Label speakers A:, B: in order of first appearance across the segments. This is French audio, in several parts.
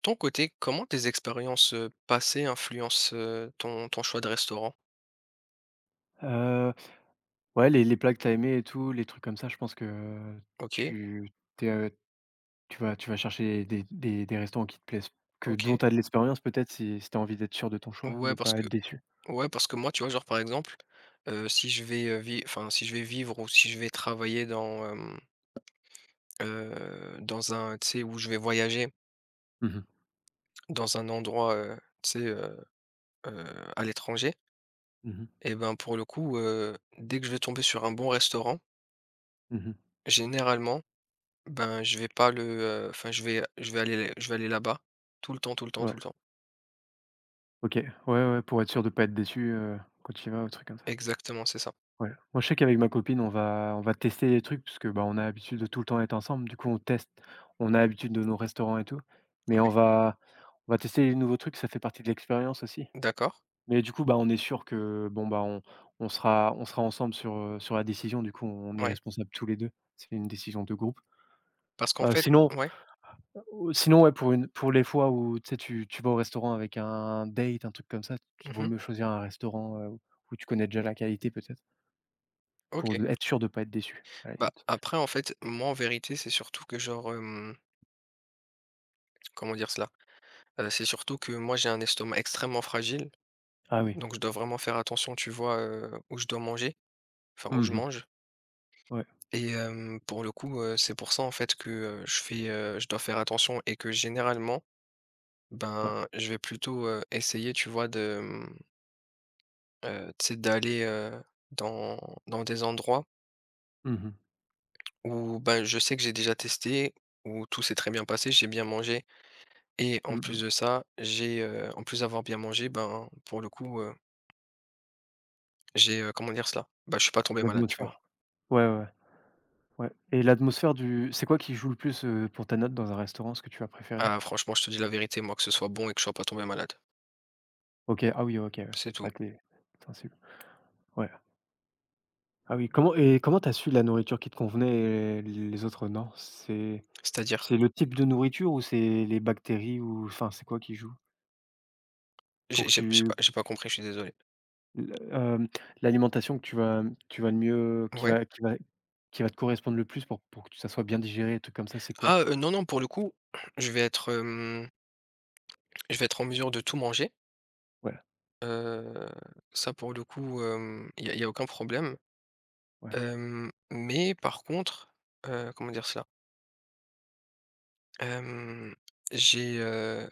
A: Ton côté, comment tes expériences, passées influencent, ton choix de restaurant?
B: Heu, ouais, les plats que t'as aimés et tout, les trucs comme ça, je pense que
A: OK,
B: tu tu es, tu vas chercher des restaurants qui te plaisent, que dont
A: OK.
B: tu as de l'expérience peut-être si tu as envie d'être sûr de ton choix,
A: Ouais,
B: de
A: parce
B: pas
A: que
B: être déçu.
A: ouais, parce que moi, tu vois, genre, par exemple, si je vais, si je vais vivre ou si je vais travailler dans, dans un tu sais, où je vais voyager
B: Mmh mh.
A: dans un endroit, tu sais, heu, à l'étranger
B: Mmh.
A: et ben, pour le coup, dès que je vais tomber sur un bon restaurant,
B: Mmh.
A: généralement, ben, je vais pas le, je vais aller là-bas tout le temps, tout le temps,
B: Ouais.
A: tout le temps.
B: OK. Ouais, ouais, pour être sûr de pas être déçu, quand tu y vas ou truc comme ça.
A: Exactement, c'est ça.
B: Ouais. Moi, je sais qu'avec ma copine, on va tester des trucs parce que, bah, on a l'habitude de tout le temps être ensemble. Du coup, on teste. On a l'habitude de nos restaurants et tout, mais
A: Ouais,
B: on va tester des nouveaux trucs, ça fait partie de l'expérience aussi.
A: d'accord,
B: Mais du coup, bah, on est sûr que, bon, bah, on sera ensemble sur, sur la décision. Du coup, on est
A: ouais.
B: responsables tous les 2. C'est une décision de groupe.
A: Parce qu'en fait
B: Sinon
A: ouais.
B: Ou sinon, ouais, pour les fois où, tu sais, tu vas au restaurant avec un date, un truc comme ça, tu vaut
A: Mmh.
B: mieux choisir un restaurant, où tu connais déjà la qualité peut-être, pour
A: OK.
B: de être sûr de ne pas être déçu, à la
A: Bah,
B: limite.
A: après en fait, moi en vérité, c'est surtout que genre, comment dire cela? C'est surtout que moi j'ai un estomac extrêmement fragile,
B: Ah oui.
A: donc je dois vraiment faire attention, tu vois, où je dois manger, enfin où je
B: Mmh.
A: mange.
B: Ouais,
A: Et pour le coup, c'est pour ça en fait que, je dois faire attention et que généralement,
B: ouais.
A: ben, je vais plutôt, essayer, tu vois, de, tu sais d'aller, dans dans des endroits.
B: Mmh mh.
A: Ou bah, je sais que j'ai déjà testé, où tout s'est très bien passé, j'ai bien mangé et en plus
B: Mmh.
A: de ça, en plus d'avoir bien mangé, ben, pour le coup, j'ai, comment dire cela? Bah, je suis pas tombé malade, tu
B: L'atmosphère.
A: vois?
B: Ouais, ouais, ouais. Ouais. Et l'atmosphère du c'est quoi qui joue le plus, pour ta note dans un restaurant, ce que tu as préféré?
A: Ah franchement, je te dis la vérité, moi, que ce soit bon et que je sois pas tombé malade,
B: OK, ah oui, OK, ouais.
A: c'est tout.
B: Ouais, tu sensible. Ouais. Ah oui, comment et comment t'as su la nourriture qui te convenait et les autres non? C'est
A: C'est-à-dire?
B: c'est le type de nourriture ou c'est les bactéries ou enfin, c'est quoi qui joue? Pour que tu
A: J'ai pas compris, je suis désolé.
B: le l'alimentation que tu vas le mieux
A: Ouais.
B: qui va te correspondre le plus pour que ça soit bien digéré et trucs comme ça, c'est
A: Ah,
B: quoi?
A: non, non, pour le coup, je vais être, je vais être en mesure de tout manger,
B: Ouais,
A: heu, ça pour le coup, il y a aucun problème,
B: ouais.
A: mais par contre, comment dire cela? Hem, j'ai, heu,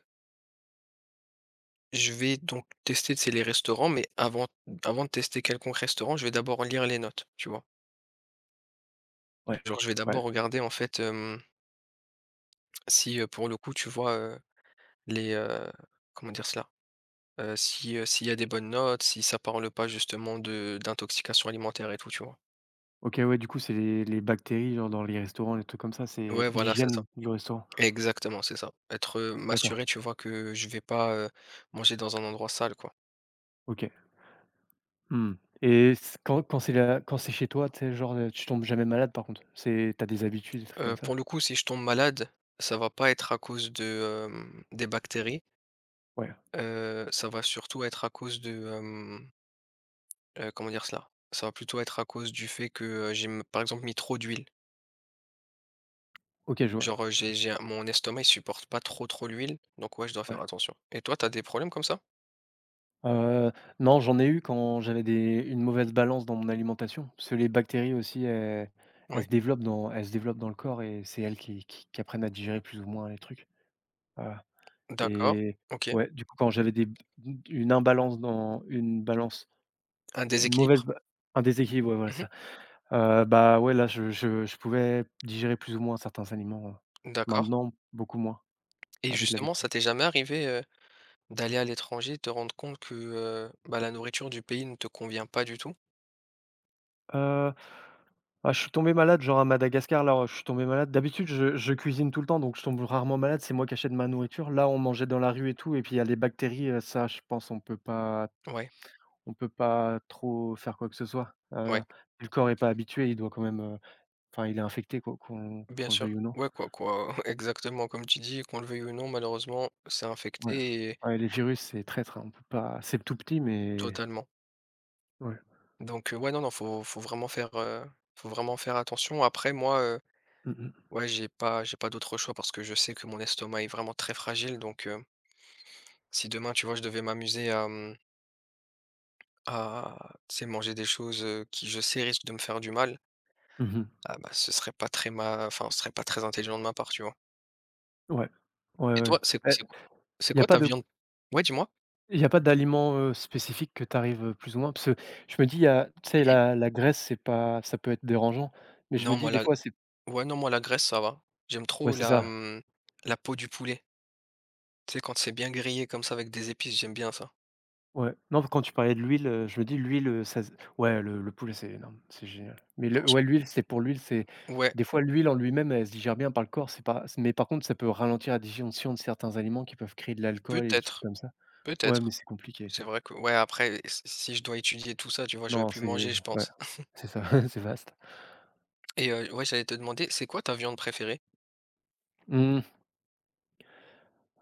A: je vais donc tester, tu les restaurants, mais avant de tester quelconque restaurant, je vais d'abord lire les notes, tu vois?
B: Ouais,
A: Genre, je vais
B: ouais.
A: d'abord regarder, en fait, si, pour le coup, tu vois, les, heu, comment dire cela? Si, s'il y a des bonnes notes, si ça parle pas justement de d'intoxication alimentaire et tout, tu vois?
B: OK, ouais, du coup, c'est les bactéries, genre, dans les restaurants, les trucs comme ça, c'est
A: Ouais, voilà, c'est ça.
B: l'hygiène du restaurant?
A: Exactement, c'est ça. Être,
B: D'accord,
A: m'assurer, tu vois, que je vais pas, manger dans un endroit sale, quoi.
B: OK. Mmh. Et c quand c'est la quand c'est chez toi, tu sais, genre, tu tombes jamais malade, par contre? C'est t'as des habitudes, des trucs comme
A: Pour
B: ça?
A: le coup, si je tombe malade, ça va pas être à cause de, des bactéries,
B: Ouais,
A: ça va surtout être à cause de, comment dire cela? Ça va plutôt être à cause du fait que, j'ai, par exemple, mis trop d'huile.
B: OK, je vois,
A: Genre, j'ai un mon estomac, il supporte pas trop, trop l'huile, donc ouais, je dois
B: ouais.
A: faire attention. Et toi, t'as des problèmes comme ça?
B: Heu, non, j'en ai eu quand j'avais des une mauvaise balance dans mon alimentation, parce que les bactéries aussi, elles
A: Ouais.
B: se développent dans elles se développent dans le corps et c'est elles qui apprennent à digérer plus ou moins les trucs. Heu.
A: D'accord,
B: Et
A: OK.
B: ouais, du coup, quand j'avais des une imbalance dans une balance,
A: Un
B: une mauvaise
A: déséquilibre?
B: ba un déséquilibre, ouais, voilà
A: Mmh.
B: ça. Bah, ouais, là, je pouvais digérer plus ou moins certains aliments,
A: D'accord.
B: maintenant, beaucoup moins,
A: Et
B: avec
A: justement,
B: l'habitude.
A: ça t'est jamais arrivé, d'aller à l'étranger, et te rendre compte que, bah, la nourriture du pays ne te convient pas du tout?
B: Heu. Ah je suis tombé malade, genre à Madagascar, là, ouais, je suis tombé malade. D'habitude, je cuisine tout le temps, donc je tombe rarement malade, c'est moi qui achète ma nourriture. Là, on mangeait dans la rue et tout et puis il y a les bactéries, ça, je pense
A: Ouais,
B: on peut pas trop faire quoi que ce soit.
A: ouais.
B: Le corps est pas habitué, il doit quand même, heu. Enfin, il est infecté quoi,
A: Bien
B: qu'on le
A: sûr.
B: veuille ou non.
A: Ouais, quoi, quoi, exactement comme tu dis, qu'on le veuille ou non, malheureusement, c'est
B: Ouais.
A: infecté et
B: Ouais, les virus, c'est traître, hein, on peut pas c'est tout petit mais
A: totalement.
B: ouais.
A: Donc, ouais, non, non, faut vraiment faire, faut vraiment faire attention. Après, moi,
B: Mmh mh.
A: ouais, j'ai pas d'autre choix parce que je sais que mon estomac est vraiment très fragile. Donc, si demain, tu vois, je devais m'amuser à, à, tu sais, manger des choses, qui, je sais, risquent de me faire du mal,
B: Mmh.
A: ah bah, ce serait pas très intelligent de ma part, tu vois?
B: Ouais. Ouais,
A: Et
B: ouais.
A: toi,
B: Eh,
A: c'est
B: il y a
A: quoi
B: pas
A: ta
B: de
A: viande? Ouais, dis-moi?
B: il y a pas d'aliments, spécifiques que tu arrives, plus ou moins? Parce que je me dis, y a tu sais la graisse, c'est pas ça peut être dérangeant, mais je
A: Non,
B: me
A: moi,
B: dis des
A: la
B: fois c'est
A: Ouais, non, moi, la Grèce, ça va. J'aime
B: ouais,
A: trop
B: c'est
A: la,
B: ça.
A: la peau du poulet. Tu sais, quand c'est bien grillé comme ça avec des épices, j'aime bien ça.
B: Ouais, non, parce que quand tu parlais de l'huile, je me dis l'huile, ça se ouais, le poulet, c'est énorme, c'est génial. Mais le ouais,
A: Franchement.
B: l'huile, c'est pour l'huile, c'est
A: Ouais,
B: des fois, l'huile en lui-même, elle se digère bien par le corps, c'est pas mais par contre, ça peut ralentir la digestion de certains aliments qui peuvent créer de l'alcool et des trucs
A: peut-être,
B: comme ça. Ouais, mais
A: peut-être.
B: c'est compliqué ça.
A: C'est vrai que ouais, après, s si je dois étudier tout ça, tu vois, je vais
B: Non,
A: plus
B: c'est
A: manger, je
B: ouais,
A: pense.
B: c'est ça, c'est vaste.
A: Et ouais, j'allais te demander, c'est quoi ta viande préférée?
B: Mmh,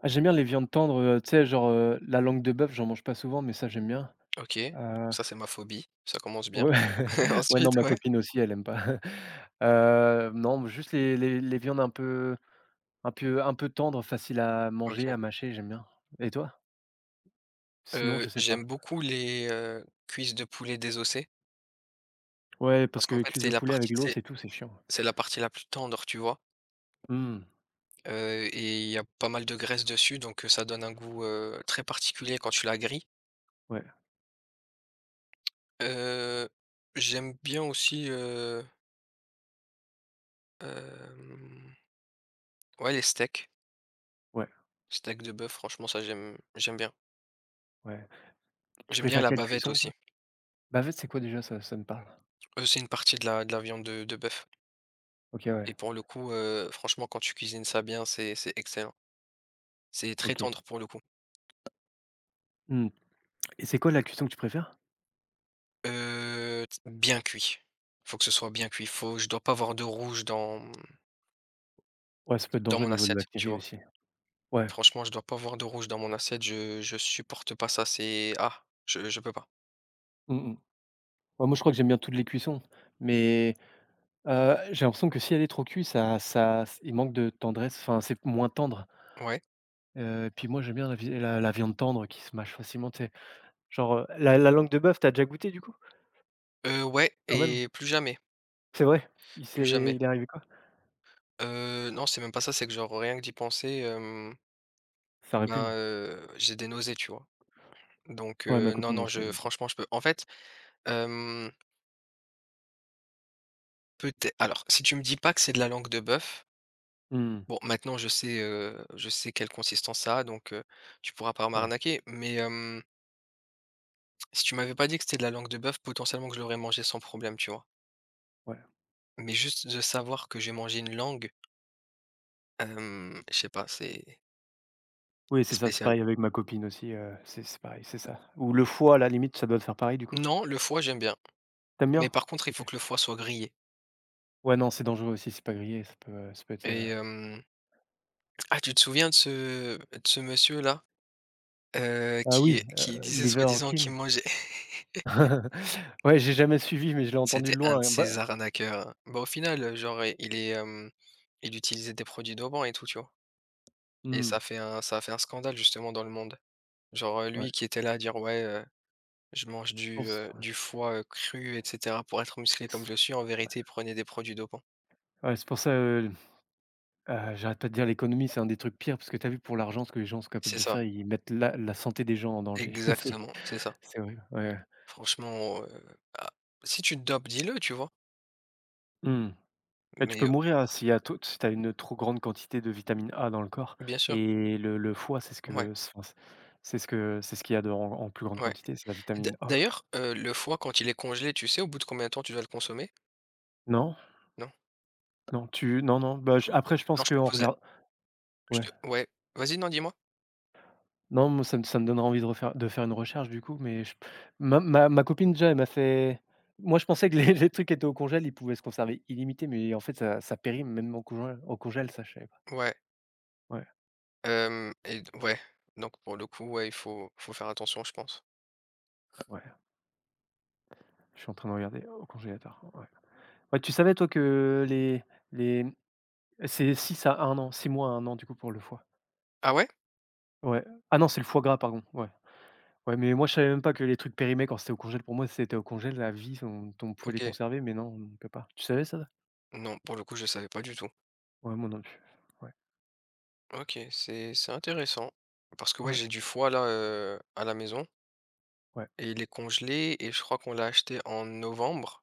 B: ah, j'aime bien les viandes tendres, tu sais, la langue de bœuf, j'en mange pas souvent, mais ça, j'aime bien.
A: OK,
B: Heu,
A: ça, c'est ma phobie, ça commence bien.
B: ouais, ouais,
A: Ensuite,
B: non, ma
A: ouais,
B: copine aussi, elle aime pas. Non, juste les viandes un peu. Un peu tendre, facile à manger,
A: OK.
B: à mâcher, j'aime bien. Et toi? Sinon, je sais
A: J'aime
B: pas.
A: beaucoup les, cuisses de poulet désossées
B: Ouais, parce
A: parce qu'en
B: que
A: fait,
B: cuisse
A: c'est
B: de
A: la
B: poulet avec
A: partie, tu sais,
B: l'os et tout, c'est chiant.
A: c'est la partie la plus tendre, tu vois?
B: Mmh.
A: Et il y a pas mal de graisse dessus, donc ça donne un goût, très particulier quand tu la grilles.
B: Ouais,
A: Heu, J'aime bien aussi, hem, ouais, les steaks.
B: ouais,
A: Steak de bœuf, franchement, ça, j'aime bien.
B: ouais. Tu
A: J'aime bien
B: préfères
A: la
B: quelle
A: bavette
B: cuisson,
A: aussi.
B: toi? Bavette, c'est quoi déjà? Ça ça me parle.
A: C'est une partie de la viande de bœuf
B: OK, ouais,
A: et pour le coup, franchement, quand tu cuisines ça bien, c'est excellent. C'est très
B: OK.
A: tendre pour le coup.
B: Mmh. Et c'est quoi la cuisson que tu préfères?
A: T Bien cuit. Faut que ce soit bien cuit. Faut je dois pas avoir de rouge dans,
B: Ouais, ça peut être
A: dans
B: dangereux au
A: mon
B: niveau de
A: assiette, tu
B: bactéries
A: vois?
B: aussi. Ouais.
A: Franchement, je dois pas voir de rouge dans mon assiette, je supporte pas ça, c'est ah, je peux pas.
B: Mmh mh. Ouais, moi, je crois que j'aime bien toutes les cuissons, mais j'ai l'impression que si elle est trop cuite, ça il manque de tendresse, enfin, c'est moins tendre.
A: Ouais.
B: Puis moi, j'aime bien la vi la viande tendre qui se mâche facilement, tu sais? Genre, la langue de bœuf, tu as déjà goûté du coup?
A: Ouais
B: Quand même?
A: et plus jamais,
B: C'est vrai? Il
A: plus
B: s'est
A: jamais.
B: il est arrivé quoi?
A: Non, c'est même pas ça, c'est que genre rien que d'y penser,
B: Ça
A: ben,
B: répugne?
A: j'ai des nausées, tu vois? Donc
B: Ouais, ma
A: non,
B: copine
A: non,
B: aussi, elle
A: je
B: aime bien.
A: franchement, je peux en fait, hem, peut-être alors si tu me dis pas que c'est de la langue de bœuf,
B: Mmh.
A: bon maintenant je sais quelle consistance ça a donc tu pourras pas
B: Ouais,
A: m'arnaquer mais si tu m'avais pas dit que c'était de la langue de bœuf, potentiellement que je l'aurais mangé sans problème, tu vois?
B: ouais.
A: Mais juste de savoir que j'ai mangé une langue, je sais pas, c'est
B: Oui,
A: c'est
B: c'est ça, c'est
A: spécial.
B: pareil avec ma copine aussi, c'est pareil, c'est ça. Ou le foie, à la limite, ça doit te faire pareil du coup?
A: Non, le foie, j'aime bien,
B: Tu aimes
A: mais
B: bien?
A: par contre, il
B: OK.
A: faut que le foie soit grillé
B: Ouais, non, c'est dangereux aussi, c'est pas grillé, ça peut être, heu.
A: et ah, tu te souviens de ce monsieur-là, heu,
B: Ah
A: qui
B: oui,
A: qui disait
B: liver
A: soi-disant qu'il
B: king.
A: mangeait?
B: Ouais, j'ai jamais suivi, mais je l'ai entendu
A: C'était
B: de
A: un
B: loin,
A: de
B: hein.
A: ces
B: Bah
A: arnaqueurs, hein. Bah, au final, il est, il utilisait des produits dopants et tout, tu vois? Et
B: mmh,
A: ça a fait un scandale justement dans le monde. Genre, lui
B: ouais,
A: qui était là à dire: «Ouais,» Je mange
B: je pense, ouais.
A: du foie, cru et cetera pour être musclé comme je suis. En vérité, prenez des produits dopants.
B: Ouais, c'est pour ça, heu. J'arrête pas de dire l'économie, c'est un des trucs pires parce que tu as vu pour l'argent ce que les gens sont capables
A: C'est
B: de
A: ça,
B: faire, ils mettent la santé des gens en danger.
A: exactement, c'est ça.
B: C'est horrible, ouais, ouais.
A: Franchement, ah, si tu te dopes, dis-le, tu vois?
B: Mmh. Bah, tu
A: Mais,
B: peux mourir, hein, s'il y a trop si tu as une trop grande quantité de vitamine A dans le corps
A: bien sûr,
B: et le foie, c'est ce
A: ouais,
B: que c enfin, c'est ce que c'est ce qu'il y a de en plus grande
A: ouais.
B: quantité, c'est la vitamine A, quoi.
A: D'ailleurs, le foie quand il est congelé, tu sais au bout de combien de temps tu dois le consommer?
B: Non?
A: Non?
B: Non, tu non, non, bah, je
A: Non,
B: après je
A: non,
B: pense
A: je te
B: qu'on
A: pose la
B: regarde
A: je
B: ouais.
A: te ouais, vas-y, non, dis-moi.
B: Non, moi, ça me donnera envie de refaire de faire une recherche du coup, mais je ma copine déjà, elle m'a fait moi je pensais que les les trucs étaient au congèle, ils pouvaient se conserver illimité, mais en fait ça périme même au congèle ça je savais pas.
A: Ouais,
B: Ouais,
A: hem et d ouais, donc pour le coup, ouais, il faut faire attention, je pense.
B: ouais, je suis en train de regarder au congélateur, ouais. Ouais, tu savais toi que les c'est 6 à un an, 6 mois à un an du coup pour le foie?
A: Ah ouais?
B: Ouais. Ah non, c'est le foie gras pardon, ouais. Ouais, mais moi je savais même pas que les trucs périmés quand c'était au congèle, pour moi si c'était au congèle la vie, on pouvait les
A: OK.
B: conserver, mais non, on ne peut pas. Tu savais ça?
A: Non, pour le coup, je savais pas du tout.
B: Ouais, moi non plus. Ouais,
A: OK, c'est intéressant parce que ouais,
B: ouais,
A: j'ai du foie là, à la maison
B: ouais.
A: et il est congelé et je crois qu'on l'a acheté en novembre,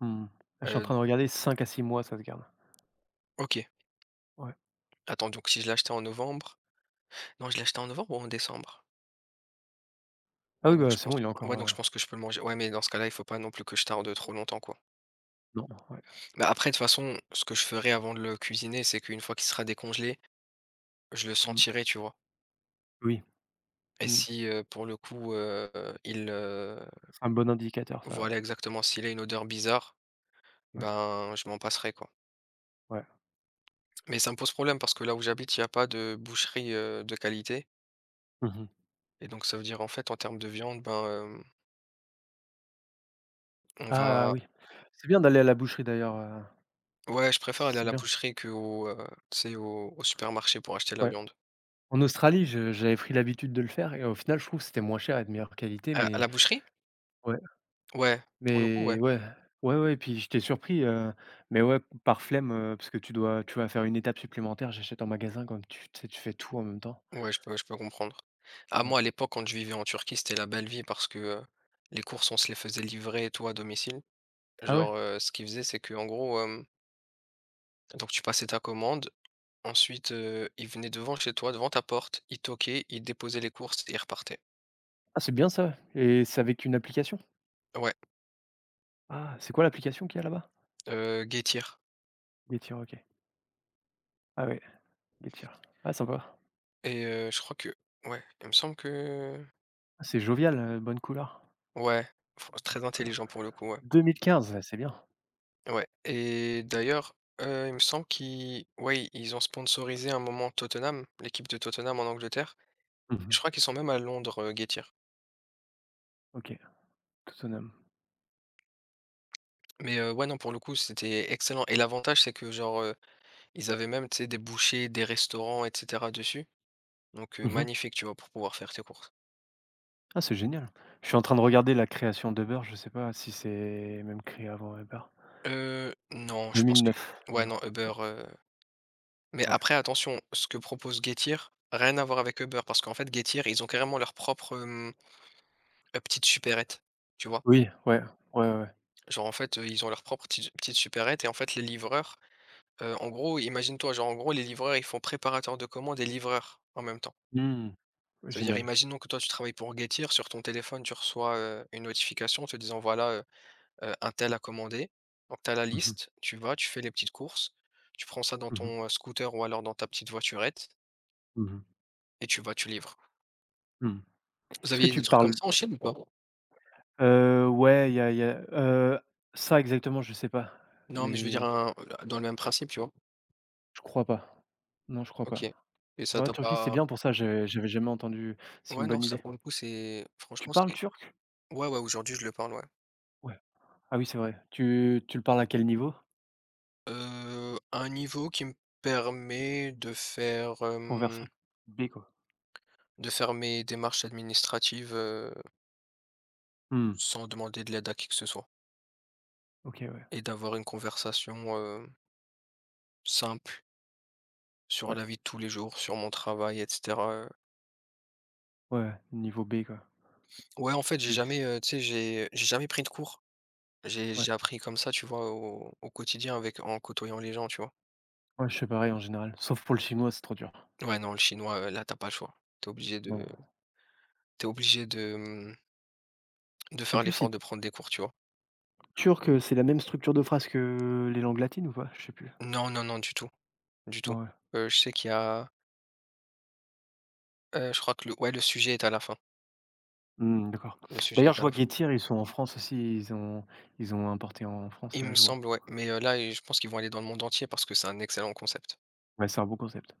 B: Mmh. Là, je suis en
A: heu,
B: train de regarder 5 à 6 mois, ça se garde.
A: OK,
B: Ouais.
A: attends donc si je l'ai acheté en novembre non je l'ai acheté en novembre ou en décembre?
B: Ah
A: Ouais
B: oui,
A: donc
B: bah,
A: je
B: c'est
A: pense
B: bon, il est
A: ouais
B: encore,
A: donc je pense que je peux le manger. Ouais mais dans ce cas-là, il faut pas non plus que je tarde trop longtemps quoi.
B: non, ouais.
A: Bah, après de toute façon, ce que je ferai avant de le cuisiner, c'est qu'une fois qu'il sera décongelé, je le
B: Mmh.
A: sentirai, tu vois?
B: Oui,
A: Et
B: mmh.
A: si, pour le coup, il, heu,
B: C'est un bon indicateur ça, ouais.
A: voilà exactement s'il a une odeur bizarre,
B: Ouais,
A: ben, je m'en passerai quoi.
B: ouais.
A: Mais ça me pose problème parce que là où j'habite, il y a pas de boucherie, de qualité
B: Mmh.
A: et donc ça veut dire, en fait, en termes de viande, ben, on
B: Ah
A: va
B: oui. C'est bien d'aller à la boucherie d'ailleurs,
A: ouais, je préfère aller à
B: c'est
A: la
B: bien.
A: boucherie qu'au, tu sais, au au supermarché pour acheter la
B: Ouais.
A: viande.
B: En Australie, je j'avais pris l'habitude de le faire et au final, je trouve que c'était moins cher et de meilleure qualité,
A: À la boucherie?
B: ouais,
A: Ouais, pour le coup, ouais.
B: mais ouais, ouais, ouais, puis j'étais surpris, mais ouais, par flemme, parce que tu dois tu vas faire une étape supplémentaire, j'achète en magasin comme tu sais, tu fais tout en même temps.
A: Ouais, je peux comprendre. À moi, à
B: Ouais.
A: l'époque, quand je vivais en Turquie, c'était la belle vie parce que, les courses, on se les faisait livrer et tout à domicile.
B: Ah ouais?
A: Genre, ce qu'ils faisaient, c'est que en gros, donc tu passais ta commande, ensuite, ils venaient devant chez toi, devant ta porte, ils toquaient, ils déposaient les courses et ils repartaient.
B: Ah, c'est bien ça et c'est avec une application?
A: Ouais,
B: Ah, c'est quoi l'application qu'il y a là-bas?
A: Guettir.
B: Getir, OK. Ah ouais, Getir. Ah sympa.
A: Et je crois que ouais, il me semble que
B: Ah, c'est jovial, bonne couleur.
A: ouais, fran très
B: Bonjour couleur.
A: intelligent pour le coup, ouais.
B: 2015, ah, c'est bien.
A: Ouais et d'ailleurs, il me semble qu'ils ouais, ils ont sponsorisé un moment Tottenham, l'équipe de Tottenham en Angleterre.
B: Mmh.
A: Je crois qu'ils sont même à Londres, Guettir.
B: OK, Tottenham.
A: Mais ouais, non, pour le coup, c'était excellent et l'avantage, c'est que genre, ils avaient même, tu sais, des bouchées, des restaurants et cetera dessus. Donc
B: Mmh mh.
A: magnifique, tu vois, pour pouvoir faire tes courses.
B: Ah, c'est génial. Je suis en train de regarder la création d'Uber, je sais pas si c'est même créé avant Uber.
A: Non, je pense
B: 2009,
A: que ouais,
B: Uber.
A: non, Uber, mais
B: Oh, ouais.
A: après attention, ce que propose Getir, rien à voir avec Uber parce qu'en fait Getir, ils ont carrément leur propre, petite supérette, tu vois?
B: Oui, ouais, ouais, ouais.
A: Genre en fait, ils ont leur propre petite supérette et en fait les livreurs, en gros, imagine-toi, genre en gros les livreurs, ils font préparateur de commandes et livreurs en même temps.
B: Mmh. Ouais,
A: Cest à dire
B: génial.
A: imaginons que toi tu travailles pour Getir, sur ton téléphone, tu reçois, une notification te disant voilà, un tel a commandé. Donc tu as la
B: Mmh mh.
A: liste, tu vas, tu fais les petites courses, tu prends ça dans
B: Mmh mh.
A: ton, scooter ou alors dans ta petite voiturette
B: Mmh.
A: et tu vas, tu livres.
B: Mmh.
A: Vous
B: Est-ce que
A: aviez des
B: tu
A: trucs comme
B: parles.
A: ça en Chine ou pas?
B: Ouais, il y a, ça exactement, je sais pas,
A: Non, mais je veux dire
B: mais
A: un dans le même principe, tu vois?
B: je crois pas. Non, je crois
A: OK
B: pas.
A: et ça
B: Ouais,
A: t'a
B: Turquie, c'est
A: pas
B: bien pour ça, j'avais jamais entendu. C'est
A: ouais,
B: une
A: non,
B: bonne
A: ça
B: idée.
A: pour le coup, c'est
B: Tu
A: franchement,
B: parles
A: c'est
B: turc?
A: ouais, ouais, aujourd'hui, je le parle, ouais.
B: Ouais. Ah oui, c'est vrai. Tu le parles à quel niveau?
A: Un niveau qui me permet de faire,
B: Conversé? B quoi.
A: de faire mes démarches administratives,
B: Mmh.
A: sans demander de l'aide à qui que ce soit
B: OK, ouais.
A: et d'avoir une conversation, simple sur
B: Ouais.
A: la vie de tous les jours, sur mon travail et cetera.
B: Ouais, ouais, niveau B quoi.
A: Ouais, en fait, j'ai
B: B c
A: jamais, tu sais, j'ai jamais pris de cours. J'ai
B: ouais.
A: j'ai appris comme ça, tu vois, au, au quotidien avec en côtoyant les gens, tu vois.
B: Ouais, je fais pareil en général, sauf pour le chinois, c'est trop dur.
A: Ouais, non, le chinois, là, t'as pas le choix. T'es obligé de,
B: Non.
A: t'es obligé de
B: Je sais
A: faire
B: plus
A: l'effort
B: si
A: de prendre des cours, tu vois.
B: turc, c'est la même structure de phrase que les langues latines ou pas? Je sais plus.
A: Non, non, non, du tout, du tout.
B: Ouais.
A: Je sais qu'il y a, je crois que le, ouais, le sujet est à la fin.
B: Mmh, d'accord.
A: Le sujet
B: D'ailleurs,
A: est
B: je
A: à la
B: vois
A: fin.
B: Getir, ils sont en France aussi, ils ont importé en France,
A: Il
B: là,
A: me
B: je vois.
A: semble, ouais. Mais là, je pense qu'ils vont aller dans le monde entier parce que c'est un excellent concept.
B: Ouais, c'est un bon concept.